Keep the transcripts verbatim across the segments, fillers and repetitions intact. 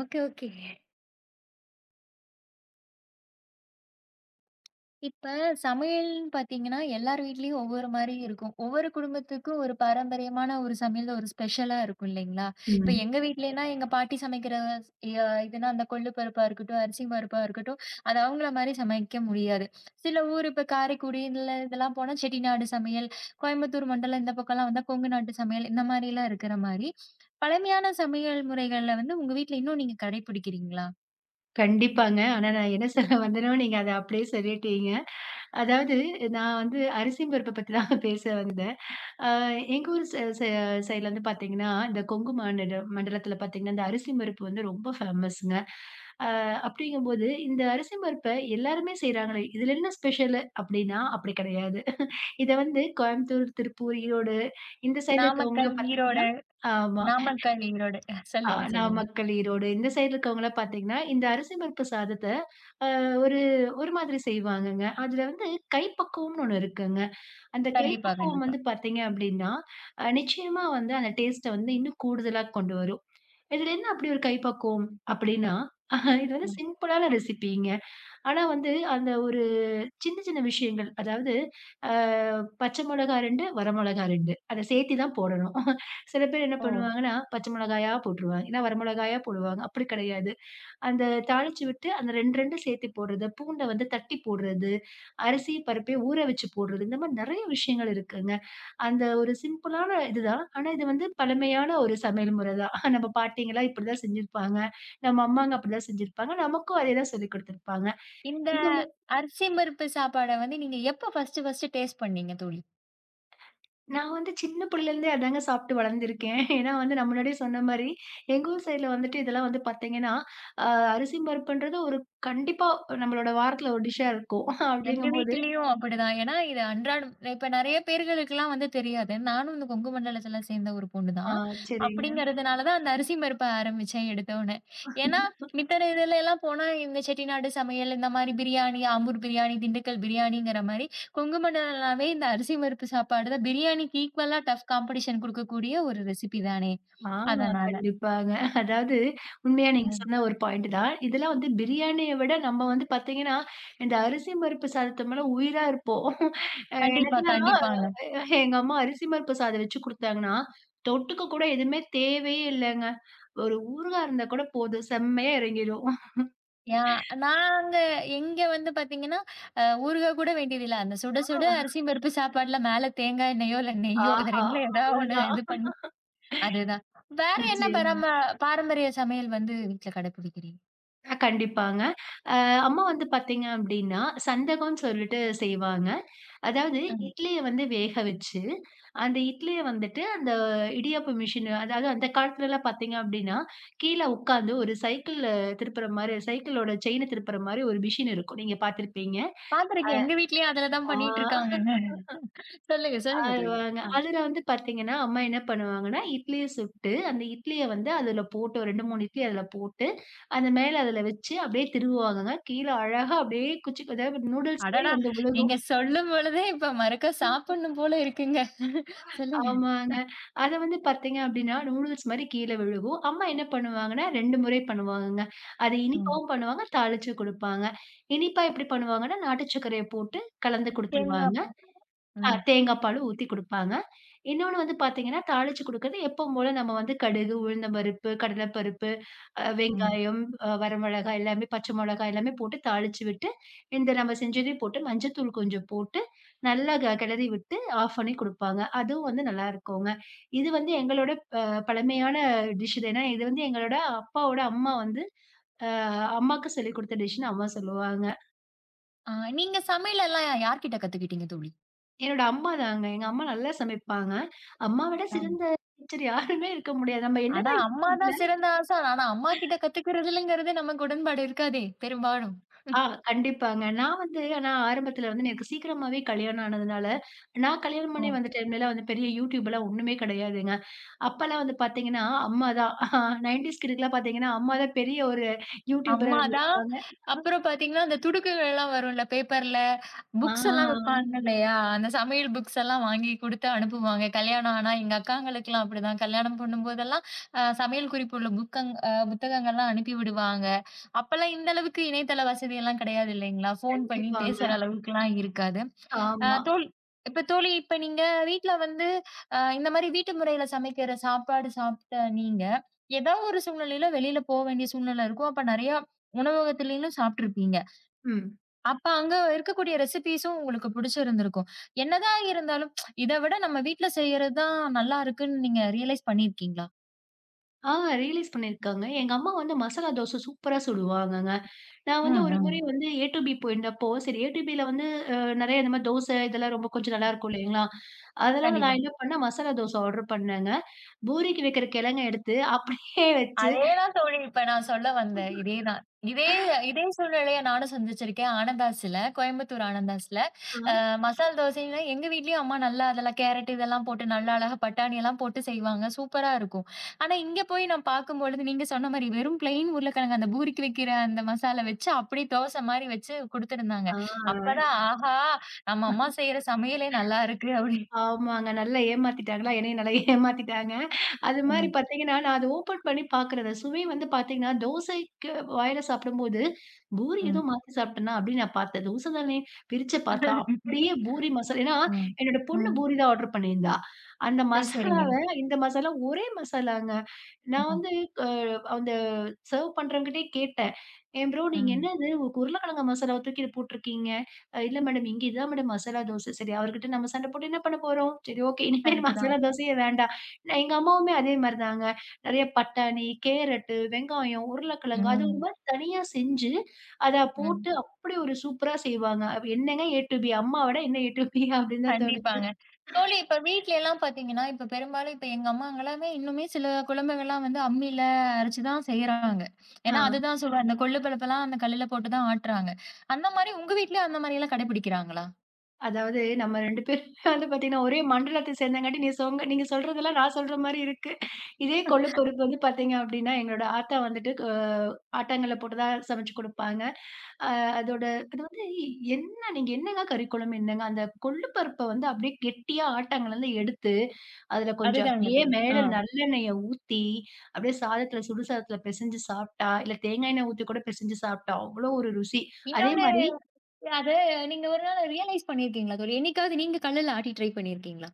Okay, okay. இப்ப சமையல்ன்னு பார்த்தீங்கன்னா, எல்லார் வீட்லயும் ஒவ்வொரு மாரி இருக்கும். ஒவ்வொரு குடும்பத்துக்கும் ஒரு பாரம்பரியமான ஒரு சமையல் ஒரு ஸ்பெஷலா இருக்கும் இல்லைங்களா? இப்ப ம். எங்க வீட்லன்னா எங்க பாட்டி சமைக்கிற ய இதுனா அந்த கொள்ளு பருப்பா இருக்கட்டும், அரிசி பருப்பா இருக்கட்டும், அது அவங்கள மாரி சமைக்க முடியாது. சில ஊர் இப்ப காரைக்குடி இல்ல இதெல்லாம் போனா செட்டிநாடு சமையல், கோயம்புத்தூர் மண்டலம் இந்த பக்கம்லாம் வந்தா கொங்கு நாட்டு சமையல் இந்த மாரிலாம் இருக்கிற மாரி, பழமையான சமையல் முறைகள்ல வந்து உங்க வீட்ல இன்னும் நீங்க கடைபிடிக்கிறீங்களா? கண்டிப்பாங்க. ஆனா நான் என்ன சொல்ல வந்தேனோ, நீங்க அத அப்படியே சொல்லிட்டீங்க. அதாவது நான் வந்து அரிசி பருப்ப பத்தி தான் பேச வந்தேன். அ எங்க ஊர் ச ச சைட்ல வந்து பார்த்தீங்கன்னா, இந்த கொங்கு மாநில மண்டலத்தில பார்த்தீங்கன்னா, இந்த அரிசி பருப்பு வந்து ரொம்ப ஃபேமஸ்ங்க. அ அப்படிங்கும்போது, இந்த அரிசி பருப்ப எல்லாருமே செய்றாங்களே, இதில என்ன ஸ்பெஷலு அப்படின்னா, அப்படி கிடையாது. இத வந்து கோயம்புத்தூர், திருப்பூர், ஈரோடு இந்த சைட்ல நாமக்கல், இருக்கவங்கலாம் பார்த்தீங்கன்னா, ஈரோடு ஆமா. நாமக்கல், ஈரோடு. ஆ சொல்லுங்க, சொல்லுங்க. நாமக்கல், ஈரோடு இந்த சைடு இருக்கவங்கலாம் பார்த்தீங்கன்னா, இந்த அரிசி பருப்பு சாதத்த அ ஒரு ஒரு மாதிரி செய்வாங்கங்க. அதுல வந்து கைப்பக்குவம்னு ஒண்ணு இருக்குங்க. அந்த கண்டிப்பா, கைப்பக்குவம் கண்டிப்பா. வந்து பார்த்தீங்க அப்டின்னா, அ நிச்சயமா வந்து அந்த டேஸ்ட்ட வந்து இன்னும் கூடுதலா கொண்டு வரும். இதுல என்ன அப்படி ஒரு கைப்பக்குவம்? அப்படின்னா, இது வந்து ம். சிம்பிளான ரெசிபிங்க. ஆனா வந்து அந்த ஒரு சின்ன, சின்ன விஷயங்கள். அதாவது அ பச்சை மொளகா ரெண்டு, வர மொளகா ரெண்டு. அத சேர்த்தி தான் போடணும். சில பேர் என்ன ஓ! பண்ணுவாங்கன்னா, பச்சை மிளகாயா போட்டுருவாங்க. இல்ல வர மிளகாயா போடுவாங்க. அப்படி கிடையாது. அந்த தாளிச்சு விட்டு அந்த ரெண்டு, ரெண்டு சேர்த்து போடுறது, பூண்ட வந்து தட்டி போடுறது, அரிசி பருப்பையும் ஊற வச்சு போடுறது, இந்த மாரி நெறைய விஷயங்கள் இருக்குங்க. அந்த ஒரு சிம்பிளான இதுதான். ஆனா இது வந்து பழமையான ஒரு சமையல் முறை தான். நம்ம பாட்டிங்கலாம் இப்படிதான் செஞ்சிருப்பாங்க. நம்ம அம்மாங்க அப்படிதான் செஞ்சிருப்பாங்க. நமக்கும் அதே தான் சொல்லிக் குடுத்துருப்பாங்க. இந்த இந்த அரிசி பருப்பு சாப்பாட வந்து நீங்க எப்ப ஃபர்ஸ்ட்டு, ஃபர்ஸ்ட்டு டேஸ்ட் பண்ணீங்க தோழி? நான் வந்து சின்ன பிள்ளையிலேருந்தே அதாங்க சாப்பிட்டு வளர்ந்துருக்கேன். ஏன்னா வந்து நான் முன்னாடியே சொன்ன மாரி, எங்க ஊர் சைடுல வந்துட்டு இதெல்லாம் வந்து பார்த்தீங்கன்னா, அ அரிசி பருப்புன்றது ஒரு கண்டிப்பா நம்மளோட வாரத்தில ஒரு டிஷ்ஷா இருக்கும். எங்க அப்படிங்கும்போது வீட்டிலயும் அப்படிதான். ஏன்னா, இது அன்றாடம் இப்ப நெறைய பேர்களுக்குலாம் வந்து தெரியாது. நானும் இந்த கொங்கு மண்டலத்தில சேர்ந்த ஒரு பொண்ணு ஆ, தான். சரிங்க. அப்படிங்கிறதுனால தான் அந்த அரிசி பருப்ப ஆரம்பிச்சேன் எடுத்தோனே. ஏன்னா, மித்த இதுல எல்லாம் போனா இந்த செட்டிநாடு சமையல், இந்த மாரி பிரியாணி, ஆம்பூர் பிரியாணி, திண்டுக்கல் பிரியாணிங்கிற மாரி கொங்கு மண்டலம்னாவே இந்த அரிசி பருப்பு சாப்பாடு தான் பிரியாணிக்கு ஈக்குவலா டஃப் காம்படிஷன் குடுக்கக்கூடிய ஒரு ரெசிபி தானே. ஆ, அதனால. கண்டிப்பாங்க. அதாவது உண்மையா நீங்க ம். சொன்ன ஒரு பாயிண்ட் தான். இதெல்லாம் வந்து பிரியாணிய விட நம்ம வந்து பார்த்தீங்கன்னா, இந்த அரிசி பருப்பு சாதத்து மேல உயிரா இருப்போம். அ கண்டிப்பா, எனக்கெல்லாம் கண்டிப்பாங்க. எ எங்க அம்மா அரிசி பருப்பு சாதம் வச்சு குடுத்தாங்கன்னா, தொட்டுக்க கூட எதுவுமே தேவையே இல்லங்க. ஒரு ஊறுகாய் இருந்தா கூட போதும். செம்மையா இறங்கிரும். யா நாங்க எங்க வந்து பாத்தீங்கன்னா, அ ஊறுகா கூட வேண்டியதில்ல. அந்த சுட சுட அரிசியும் பருப்பு சாப்பாட்ல மேல தேங்காய் எண்ணெயோ, இல்ல நெய்யோ இது ஆஹா! ரெண்டுல ஏதா ஒண்ணு அவ்ளோதான். இது பண்ணி அதுதான். வேற என்ன நிச்சயமா. பராம பாரம்பரிய சமையல் வந்து வீட்ல கடைபிடிக்கிறீங்க? அ, கண்டிப்பாங்க. அ அம்மா வந்து பார்த்தீங்க அப்டின்னா, சந்தகம்னு சொல்லிட்டு செய்வாங்க. அதாவது அ இட்லிய வந்து வேக வச்சு, அந்த இட்லிய வந்துட்டு அந்த இடியாப்ப மிஷின் அதாவது அந்த காலத்துலலாம் பார்த்தீங்க அப்டின்னா, கீழ உட்காந்து ஒரு சைக்கிள் திருப்புற மாரி சைக்கிளோட செயின திருப்புற மாரி ஒரு மிஷின் இருக்கும். நீங்க பார்த்திருப்பீங்க. பாத்துருக்கேன். எங்க வீட்லயும் அதுல தான் ஆ, பண்ணிட்டு இருக்காங்கங்க. சொல்லுங்க, சொல்லுங்க தோழி. அழுவாங்க. அ அதுல வந்து பார்த்தீங்கன்னா, அம்மா என்ன பண்ணுவாங்கன்னா, இட்லிய சுட்டு, அந்த இட்லிய வந்து அதுல போட்டு ஒரு ரெண்டு, மூணு இட்லி அதுல போட்டு, அந்த மேல அதுல வச்சு அப்படியே திருவுவாங்கங்க. கீழ அழகா அப்படியே குச்சி அதாவது நூடுல்ஸ் மாரி அடடா! வந்து விழுகும். நீங்க சொல்லும் பொழுதே இப்ப மறுக்கா சாப்பிடணும் போல இருக்குங்க. சொல்லுங்க. ஆமாங்க. அத வந்து பார்த்தீங்க அப்படின்னா, நூடுல்ஸ் மாரி கீழ விழுகும். அம்மா என்ன பண்ணுவாங்கன்னா, ரெண்டு முறை பண்ணுவாங்கங்க. அது ம். இனிப்பாவும் பண்ணுவாங்க, தாளிச்சு குடுப்பாங்க. இனிப்பா எப்படி பண்ணுவாங்கன்னா, நாட்டு சர்க்கரைய போட்டு கலந்து தேங்காய் குடுத்துருவாங்க. பூ. ஆ, ம், தேங்காய் பால் ஊத்தி குடுப்பாங்க. இன்னொன்னு வந்து பார்த்தீங்கன்னா, தாளிச்சு குடுக்குறது எப்பவும் போல நம்ம வந்து கடுகு, உளுந்தம் பருப்பு, கடலை பருப்பு, அ ம். வெங்காயம், அ வரமிளகாய் எல்லாமே, பச்சை மிளகாய் எல்லாமே போட்டு தாளிச்சு விட்டு, இந்த நம்ம செஞ்சதையும் போட்டு மஞ்சத்தூள் கொஞ்சம் போட்டு நல்லா க கெளறி விட்டு ஆஃப் பண்ணி குடுப்பாங்க. அதுவும் வந்து நல்லாருக்குங்க. இது வந்து எங்களோட ப பழமையான டிஷ் இது. ஏன்னா, இது வந்து எங்களோட அப்பாவோட அம்மா வந்து அ அம்மாக்கு சொல்லிக் குடுத்த டிஷ்ன்னு அம்மா சொல்லுவாங்க. ஆ நீங்க சமையல் எல்லாம் யார்கிட்ட கத்துக்கிட்டீங்க தோழி? என்னோட அம்மா தாங்க. எங்க அம்மா நல்லா சமைப்பாங்க. அம்மா விட சிறந்த டீச்சர் யாருமே இருக்க முடியாது. நம்ம ஆனா, என்னதான் அம்மா யூடியூப்ல தான் சிறந்த ஆசான். ஆனா, அம்மா கிட்ட கத்துக்கிறதுலங்கிறது நமக்கு உடன்பாடு இருக்காதே! பெரும்பாலும். ஆ, கண்டிப்பாங்க. நான் வந்து ஆனா ஆரம்பத்துல வந்து எனக்கு சீக்கிரமாவே கல்யாணம் ஆனதுனால, நான் கல்யாணம் பண்ணி வந்த டைம்லலாம் வந்து பெரிய யூடியூப்லாம் ஒண்ணுமே கிடையாதுங்க. அப்பலாம் வந்து பார்த்தீங்கன்னா, அம்மா தான் 90ஸ் கிட்க்குலாம் பார்த்தீங்கன்னா, அம்மா தான் பெரிய ஒரு யூடியூபரா அம்மா தான். இருந்திருப்பாங்க. அப்புறம் பார்த்தீங்கன்னா, அந்த துடுக்குகள்லாம் வரும்ல பேப்பர்ல. புக்ஸ் எல்லாம் ஆ, விப்பாங்க இல்லையா? அந்த சமையல் புக்ஸ் எல்லாம் வாங்கி குடுத்து அனுப்புவாங்க. கல்யாணம் ஆனா எங்க அக்காங்களுக்கெல்லாம் அப்படிதான். கல்யாணம் பண்ணும்போதெல்லாம் அ சமையல் குறிப்பு உள்ள புக்கங் அ புத்தகங்கள்லாம் அனுப்பி விடுவாங்க. அப்பல்லாம் இந்த அளவுக்கு இணையதள வசதியெல்லாம் கிடையாது இல்லைங்களா? ஃபோன் பண்ணி கண்டிப்பாங்க. பேசுற அளவுக்குலாம் இருக்காது. அ ஆமா. தோழி இப்ப தோழி இப்ப நீங்க வீட்ல வந்து அ இந்த மாரி வீட்டு முறையில சமைக்கிற சாப்பாடு சாப்பிட்ட நீங்க, ஏதாவது ஒரு சூழ்நிலையில வெளியில போ வேண்டிய சூழ்நிலை இருக்கும். அப்ப நெறையா உணவகத்திலயும் சாப்பிட்டுருப்பீங்க. ம். அப்ப அங்க இருக்கக்கூடிய ரெசிபீஸும் உங்களுக்கு பிடிச்சிருந்திருக்கும். என்னதான் இருந்தாலும், இத விட நம்ம வீட்ல செய்யறது தான் நல்லா இருக்குன்னு நீங்க ரியலைஸ் பண்ணியிருக்கீங்களா? ஆ, ரியலைஸ் பண்ணியிருக்காங்க. எங்க அம்மா வந்து மசாலா தோசை சூப்பரா சுடுவாங்கங்க. நான் ம், வந்து ஒரு முறை ம். வந்து ஏ டூ பி போயிருந்தப்போ, சரி ஏ டூ பில வந்து அ நெறைய இந்த மாரி தோசை இதெல்லாம் ரொம்ப கொஞ்சம் நல்லாருக்கும் இல்லைங்களா? அதனால கண்டிப்பா. நான் என்ன பண்ணேன், மசாலா தோசை ஆர்டர் பண்ணேங்க. பூரிக்கு வைக்கிற கிழங்க எடுத்து அப்படியே வச்சு அதேதான் தோழி இப்ப நான் சொல்ல வந்தேன். இதேதான். இதே இதே சூழ்நிலைய நானும் சந்திச்சிருக்கேன். ஆனந்தாஸ்ல, கோயம்புத்தூர் ஆனந்தாஸ்ல. ஆ அ மசால் தோசைன்னா எங்க வீட்லயும் அம்மா நல்லா அதெல்லாம் கேரட் இதெல்லாம் போட்டு நல்லா அழகா பட்டாணி எல்லாம் போட்டு செய்வாங்க. சூப்பரா இருக்கும். ஆனா இங்க போய் நான் பார்க்கும்பொழுது நீங்க சொன்ன மாரி வெறும் பிளெயின் உருளைக்கிழங்கு அந்த பூரிக்கு வைக்கிற அந்த மசாலா வச்சு அப்படியே தோசை மாரி வச்சு குடுத்துருந்தாங்க. ஆ அப்பதான் ஆஹா! நம்ம அம்மா செய்ற சமையலே நல்லா இருக்கு அப்படி. ஆமாங்க. நல்லா ஏமாத்திட்டாங்களா? என்னையும் நல்லா ஏமாத்திட்டாங்க. அது மாரி ம், பார்த்தீங்கன்னா, நான் அத ஓப்பன் பண்ணி பார்க்குறேன். அந்த சுவை வந்து பார்த்தீங்கன்னா, தோசைக்கு வாயில சாப்பிடும்போது, பூரி ஏதோ ம். மாத்தி சாப்பிட்டேனா? அப்படின்னு நான் பார்த்தேன். தோசை தானே பிரிச்சு பார்த்தா, அப்படியே பூரி மசாலா. ஏன்னா, ம். என்னோட பொண்ணு ம். பூரி தான் ஆர்டர் பண்ணியிருந்தா. அந்த சரி, சரிங்க. மசாலாவ இந்த மசாலா ஒரே மசாலாங்க. நான் ம், வந்து அ அந்த சர்வ் பண்றவங்கிட்டயே கேட்டேன். "ஏன் ப்ரோ நீங்க ம். என்னது உங்களுக்கு உருளைக்கிழங்கு மசாலாவ தூக்கி இத போட்டுருக்கீங்க?" "இல்ல மேடம் இங்க இதான் மேடம் மசாலா தோசை." சரி, அவர்கிட்ட நம்ம சண்டை போட்டு என்ன பண்ண போறோம்? சரி, ஓகே, இனிமேல் கரெக்ட்டு தான். மசாலா தோசையே வேண்டாம். நான் எங்க அம்மாவுமே அதே மாரிதாங்க. நெறைய பட்டாணி, கேரட்டு, வெங்காயம், உருளைக்கிழங்கு அது ஒரு ம், மாரி தனியா செஞ்சு, அத ம். போட்டு அப்படி ஒரு சூப்பரா செய்வாங்க. அப்ப என்னங்க ஏ டூ பி அம்மாவோட என்ன ஏ டூ பி அப்படின்னு தான் தோணுச்சு. கண்டிப்பாங்க. தோழி இப்ப வீட்லலாம் பாத்தீங்கன்னா, இப்ப பெரும்பாலும் இப்ப எங்க அம்மாங்கலாமே இன்னுமே சில குழம்புகள்லாம் வந்து அம்மில அரைச்சு தான் செய்றாங்க. ஆ, ஏன்னா, அதுதான் சொல்றேன். அந்த கொள்ளு பருப்பெல்லாம் அந்த கல்லுல போட்டு தான் ஆட்டுறாங்க. அந்த மாரி உங்க வீட்லயும் அந்த மாரியெல்லாம் கடைபிடிக்கிறாங்களா? அதாவது நம்ம ரெண்டு பேருமே வந்து பார்த்தீங்கன்னா, ஒரே மண்டலத்த சேர்ந்தங்காட்டி நீ சொங்க நீங்க சொல்றதெல்லாம் நான் சொல்ற மாரி இருக்கு. இதே கொள்ளுப்பருப்பு வந்து பார்த்தீங்க அப்படின்னா, எங்களோட ஆத்தா வந்துட்டு அ ஆட்டாங்கல்ல போட்டு தான் சமைச்சு குடுப்பாங்க. அ அதோட அது வந்து என்ன நீங்க என்னங்க கறிக்குழம்பு என்னங்க? அந்த கொள்ளு பருப்ப வந்து அப்படியே கெட்டியா ஆட்டாங்கல்லுல எடுத்து, அதுல கொஞ்சம் அதுதாங்க அப்படியே தோழி. ஆ. மேல நல்லெண்ணெய ஊத்தி, அப்படியே சாதத்துல சுடு சாதத்துல பெசஞ்சு சாப்பிட்டா, இல்ல தேங்காய் எண்ணெய் ஊத்தி கூட பெசஞ்சு சாப்பிட்டா, அவ்வளோ ஒரு ருசி. அதே இன்னொன்னு மாரி அத நீங்க ஒரு நாள் ரியலைஸ் பண்ணியிருக்கீங்களா தோழி? என்னைக்காவது நீங்க கல்லுல ஆட்டி ட்ரை பண்ணியிருக்கீங்களா?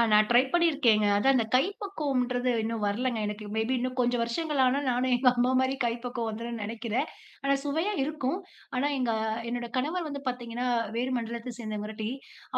ஆ, நான் ட்ரை பண்ணியிருக்கேங்க. அதான் அந்த கைப்பக்குவம்ன்றது இன்னும் வரலங்க எனக்கு. மேபி இன்னும் கொஞ்சம் வருஷங்கள் ஆனா நானும் எங்க அம்மா மாரி கைப்பக்குவம் வந்துரும்ன்னு நெனைக்கிறேன். ஆனா சுவையா இருக்கும். ஆனா எங்க என்னோட கணவர் வந்து பார்த்தீங்கன்னா, வேறு மண்டலத்த சேர்ந்தவங்காட்டி,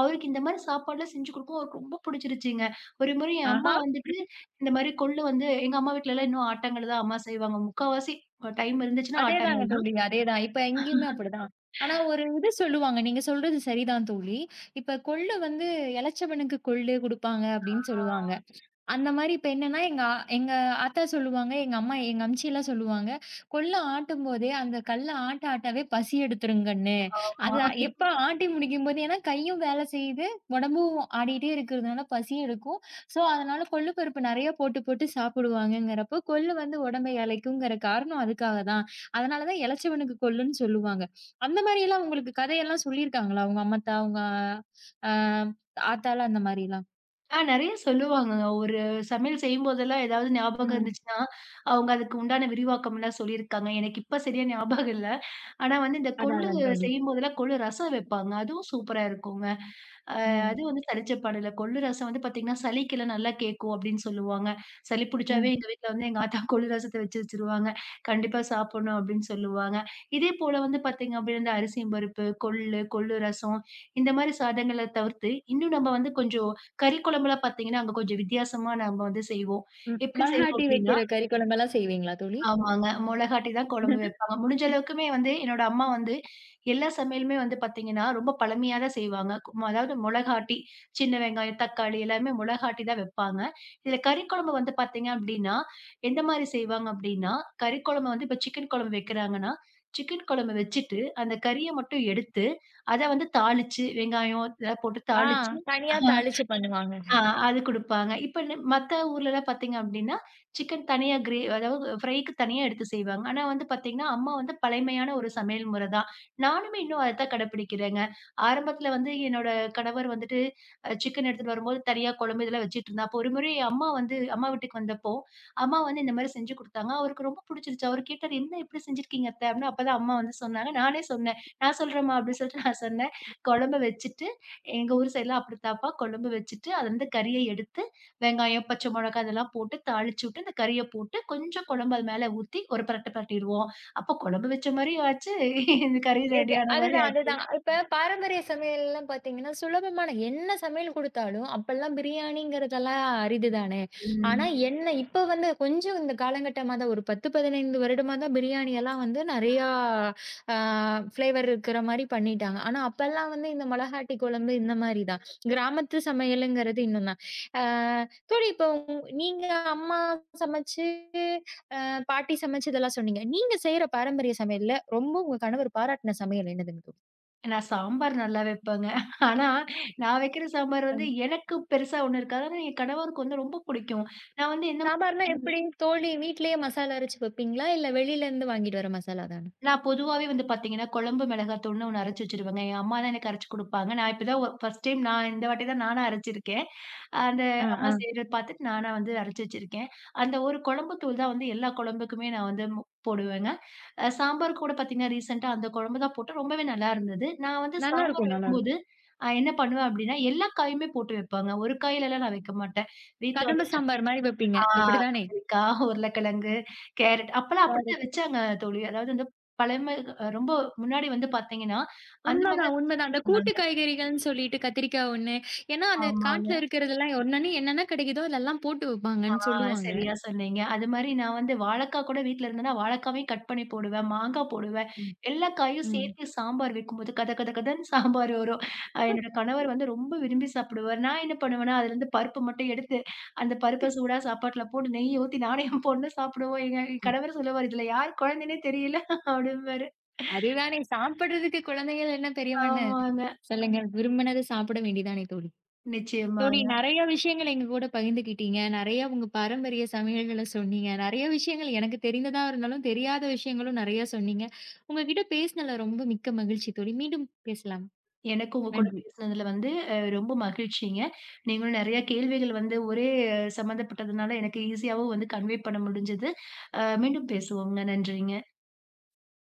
அவருக்கு இந்த மாரி சாப்பாடுலாம் செஞ்சு குடுக்கவும் அவருக்கு ரொம்ப புடிச்சிருச்சுங்க. ஒரு முறை என் அம்மா ஆஹா! வந்துட்டு இந்த மாரி கொள்ளு வந்து எங்க அம்மா வீட்லலாம் இன்னும் ஆட்டாங்கல் தான் அம்மா செய்வாங்க. முக்காவாசி டைம் இருந்துச்சுன்னா அதேதாங்க ஆட்டாங்கல் தான். தோழி. அதேதான். இப்ப இங்கேயுமே அப்படிதான். ஆனா ஒரு இது சொல்லுவாங்க. நீங்க சொல்றது சரிதான் தோழி. இப்ப கொள்ளு வந்து இளைச்சவனுக்கு கொள்ளு குடுப்பாங்க அப்படின்னு சொல்லுவாங்க. அந்த மாரி இப்ப என்னன்னா, எங்க அ எங்க ஆத்தா சொல்லுவாங்க, எங்க அம்மா எங்க அம்ச்சிலாம் சொல்லுவாங்க, "கொள்ள ஆட்டும்போதே அந்த கல்ல ஆட்ட ஆட்டவே பசி எடுத்துரும் கண்ணு. ஆமா. அத எப்ப ஆட்டி முடிக்கும்போது ஏன்னா கையும் வேலை செய்யுது, உடம்பும் ஆடிட்டே இருக்கிறதுனால பசி எடுக்கும். ஸோ, அதனால கொள்ளு பருப்பு நெறைய போட்டு போட்டு சாப்பிடுவாங்கங்கிறப்போ, கொள்ளு வந்து உடம்ப இளைக்குங்கிற காரணம் அதுக்காக தான். அதனால தான் இளைச்சவனுக்கு கொள்ளுன்னு சொல்லுவாங்க." அந்த மாரியெல்லாம் உங்களுக்கு கதையெல்லாம் சொல்லியிருக்காங்களா? உங்க அம்மத்தா, உங்க அ ஆத்தாலாம் அந்த மாரிலாம்? ஆ, நெறைய சொல்லுவாங்கங்க. ஒரு சமையல் செய்யும்போதெல்லாம் ஏதாவது ஞாபகம் ம். இருந்துச்சுன்னா, அவங்க அதுக்கு உண்டான விரிவாக்கம்லாம் சொல்லியிருக்காங்க. எனக்கு இப்ப சரியா ஞாபகம் இல்ல. ஆனா வந்து இந்த அதான் கொள்ளு அதான் தோழி. செய்யும்போதெல்லாம் கொள்ளு ரசம் வைப்பாங்க. அதுவும் சூப்பரா இருக்குங்க. அ ம். அது வந்து சலிச்ச பாடல்ல. கொள்ளு ரசம் வந்து பார்த்தீங்கன்னா, சளிக்கெல்லாம் நல்லா கேட்கும் அப்படின்னு சொல்லுவாங்க. சளி புடிச்சாவே ம், எங்க வீட்ல வந்து எங்க ஆத்தா கொள்ளு ரசத்த வச்சு வச்சுருவாங்க. கண்டிப்பா சாப்பிடணும் அப்படின்னு சொல்லுவாங்க. இதே போல வந்து பார்த்தீங்க அப்படின்னா, இந்த அரிசியும் பருப்பு, கொள்ளு, கொள்ளு ரசம் இந்த மாரி சாதங்கள தவிர்த்து, இன்னும் நம்ம வந்து கொஞ்சம் கறி குழம்புலாம் பார்த்தீங்கன்னா, அங்க கொஞ்சம் வித்தியாசமா நம்ம வந்து செய்வோம். ம். எப்படி செய்வோம் மல்ஹாட்டி அப்படின்னா வைக்கிற கறி குழம்பெல்லாம் செய்வீங்களா தோழி? ஆமாங்க. மொளகாட்டி தான் குழம்பு வைப்பாங்க. முடிஞ்ச அளவுக்குமே வந்து என்னோட அம்மா வந்து எல்லா சமையலுமே வந்து பார்த்தீங்கன்னா, ரொம்ப பழமையா தான் செய்வாங்க. கும் அதாவது மொளகாட்டி, சின்ன வெங்காயம், தக்காளி எல்லாமே மொளகாட்டி தான் வைப்பாங்க. இதில கறி குழம்பு வந்து பார்த்தீங்க அப்டின்னா, எந்த மாரி செய்வாங்க அப்டின்னா, கறி குழம்பு வந்து இப்போ சிக்கன் குழம்பு வைக்கிறாங்கன்னா, சிக்கன் குழம்பு வச்சுட்டு, அந்த கறிய மட்டும் எடுத்து, அத வந்து தாளிச்சு, வெங்காயம் இதெல்லாம் போட்டு ஆ. தாளிச்சு, தனியா தாளிச்சு பண்ணுவாங்க. ஆ, அது குடுப்பாங்க. இப்ப ந மத்த ஊர்லலாம் பார்த்தீங்க அப்டின்னா, சிக்கன் தனியா கிரே அதாவது ஃப்ரைக்கு தனியா எடுத்து செய்வாங்க. ஆனா வந்து பார்த்தீங்கன்னா, அம்மா வந்து பழமையான ஒரு சமையல் முறை தான். நானுமே இன்னும் அதத்தான் கடைப்பிடிக்கிறேங்க. ஆரம்பத்துல வந்து என்னோட கணவர் வந்துட்டு அ சிக்கன் எடுத்துட்டு வரும்போது தனியா குழம்பு இதெல்லாம் வச்சுட்டுருந்தா. அப்போ ஒரு முறை அம்மா வந்து அம்மா வீட்டுக்கு வந்தப்போ, அம்மா வந்து இந்த மாரி செஞ்சு குடுத்தாங்க. அவருக்கு ரொம்ப புடிச்சிருச்சு. அவரு கேட்டாரு, "என்ன இப்டி செஞ்சிருக்கீங்க அத்த?" அப்டின்னு. அப்பதான் அம்மா வந்து சொன்னாங்க. நானே சொன்னேன். "நான் சொல்றேன்ம்மா" அப்டின்னு சொல்லிட்டு நான் சொன்னேன். குழம்ப வச்சுட்டு எங்க ஊர் சைடுலாம் அப்படித்தாப்பா கொழம்பு வச்சுட்டு, அதுலருந்து கறிய எடுத்து, வெங்காயம், பச்சை மொளகா இதெல்லாம் போட்டு தாளிச்சு விட்டு, அந்த கறிய போட்டு, கொஞ்சம் கொழம்பு அது மேல ஊத்தி ஒரு பிரட்டு பிரட்டிருவோம். அப்போ கொழம்பு வச்ச மாரியும் ஆச்சு, இந்த கறி இது ரெடியான மாரி அதுதான், ஆச்சு. அதுதான். இப்ப பாரம்பரிய சமையல்லாம் பாத்தீங்கன்னா, சுலபமான என்ன சமையல் குடுத்தாலும், அப்பல்லாம் பிரியாணிங்கிறதெல்லாம் அரிது தானே! ஆனா ம். என்ன இப்ப வந்து கொஞ்சம் இந்த காலகட்டமா தான் ஒரு பத்து, பதினைந்து வருடமா தான் பிரியாணி எல்லாம் வந்து நெறையா ஆ ஃப்ளேவர் இருக்கிற மாரி பண்ணிட்டாங்க. ஆனா அப்பல்லாம் வந்து இந்த மொளகாட்டி குழம்பு இந்த மாரி தான். கிராமத்து சமையலுங்கிறது இன்னும் தான். ஆ தோழி இப்போ உங் நீங்க அம்மா சமைச்சு அ பாட்டி சமைச்சதெல்லாம் சொன்னீங்க. நீங்க செய்ற பாரம்பரிய சமையல்ல ரொம்ப உங்க கணவர் பாராட்டுன சமையல் என்னதுங்க தோழி? நான் சாம்பார் நல்லா வைப்பேங்க. ஆனா, நான் வைக்கிற சாம்பார் வந்து எனக்கு பெருசா ஒண்ணும் இருக்காது. ஆனா என் கணவருக்கு வந்து ரொம்ப புடிக்கும். நான் வந்து என்ன சாம்பார்னா எப்படி? தோழி வீட்லயே மசாலா அரைச்சு வைப்பீங்களா? இல்ல வெளியிலருந்து வாங்கிட்டு வர மசாலா தானா? நான் பொதுவாவே வந்து பார்த்தீங்கன்னா, குழம்பு மிளகாத்தூள்னு ஒண்ணு அரைச்சு வச்சுருவேங்க. என் அம்மா தான் எனக்கு அரைச்சு குடுப்பாங்க. நான் இப்ப தான் ஒ ஃபர்ஸ்ட் டைம் நான் இந்த வாட்டி தான் நானா அரைச்சிருக்கேன். அந்த ஆ, அம்மா ஆ. செய்றத பார்த்துட்டு நானா வந்து அரைச்சு வச்சிருக்கேன். அந்த ஒரு குழம்பு தூள் தான் வந்து எல்லா குழம்புக்குமே நான் வந்து மு போடுவேங்க. அ, சாம்பார் கூட பார்த்தீங்கன்னா, ரீசென்ட்டா அந்த குழம்பு தான் போட்டேன். ரொம்பவே நல்லா இருந்தது. நான் வந்து சாம்பார் நல்லாருக்கும், வைக்கும்போது, நல்லாருக்கும். அ என்ன பண்ணுவேன் அப்டின்னா, எல்லா காயுமே போட்டு வைப்பேங்க. ஒரு காயிலலாம் நான் வைக்க மாட்டேன். வீட்ல வந்து கதம்ப சாம்பார் மாரி வைப்பீங்க. ஆ, அப்படிதானே? கத்திரிக்காய், உருளைக்கிழங்கு, கேரட் அப்பலாம் அப்படித்தான் கரெக்ட். வச்சாங்க தோழி. அதாவது வந்து பழமை ரொம்ப முன்னாடி வந்து பார்த்தீங்கன்னா, அந்த மாரி உண்மதான், தான் உண்மதான். அந்த கூட்டு வச்சிருந்தாங்க. காய்கறிகள்ன்னு சொல்லிட்டு கத்திரிக்காய் ஒண்ணு, ஏன்னா அந்த ஆமாங்க. காட்டுல இருக்கிறதெல்லாம் ஒண்ணன்னு என்னென்ன கிடைக்குதோ அதெல்லாம் போட்டு ஆ, வைப்பாங்கன்னு சொல்லுவாங்க. சரியா சொன்னீங்க. அதுமாரி நான் வந்து வாழைக்கா கூட வீட்ல இருந்ததுன்னா, வாழைக்காவையும் கட் பண்ணி போடுவேன். மாங்கா போடுவேன். ம். எல்லா காயும் ம். சேர்த்து சாம்பார் வைக்கும்போது கத கத கதன்னு சாம்பார் வரும். அ, என்னோட கணவர் வந்து ரொம்ப விரும்பி சாப்பிடுவாரு. நான் என்ன பண்ணுவேன்னா, அதுலேருந்து பருப்பு மட்டும் எடுத்து, அந்த பருப்ப சூடா சாப்பாட்டுல போட்டு நெய் ஊத்தி நானும் என் பொண்ணும் சாப்பிடுவோம். எங்க கணவர் சொல்லுவாரு, "இதுல யார் குழந்தைன்னே தெரியல" அப்படிம்பாரு. அதுதானே சாப்பிடுறதுக்கு குழந்தைகள் என்ன பெரியவன்னு. ஆமாங்க. சொல்லுங்க. விரும்பினது சாப்பிட வேண்டியதானே தோழி. நிச்சயமா. தோழி, நெறைய விஷயங்கள் எங்க கூட பகிர்ந்துக்கிட்டீங்க. நெறைய உங்க பாரம்பரிய சமையல்கள சொன்னீங்க. நெறைய விஷயங்கள் எனக்கு தெரிந்ததா இருந்தாலும், தெரியாத விஷயங்களும் நெறைய சொன்னீங்க. உங்ககிட்ட பேசினதுல ரொம்ப மிக்க மகிழ்ச்சி தோழி. மீண்டும் பேசலாம். எனக்கு உங்க கூட நன்றி. பேசினதுல வந்து அ ரொம்ப மகிழ்ச்சிங்க. நீங்களும் நெறைய கேள்விகள் வந்து ஒரே அஹ், சம்மந்தப்பட்டதுனால எனக்கு ஈஸியாவும் வந்து கன்வே பண்ண முடிஞ்சது. அ, மீண்டும் பேசுவோங்க. நன்றிங்க.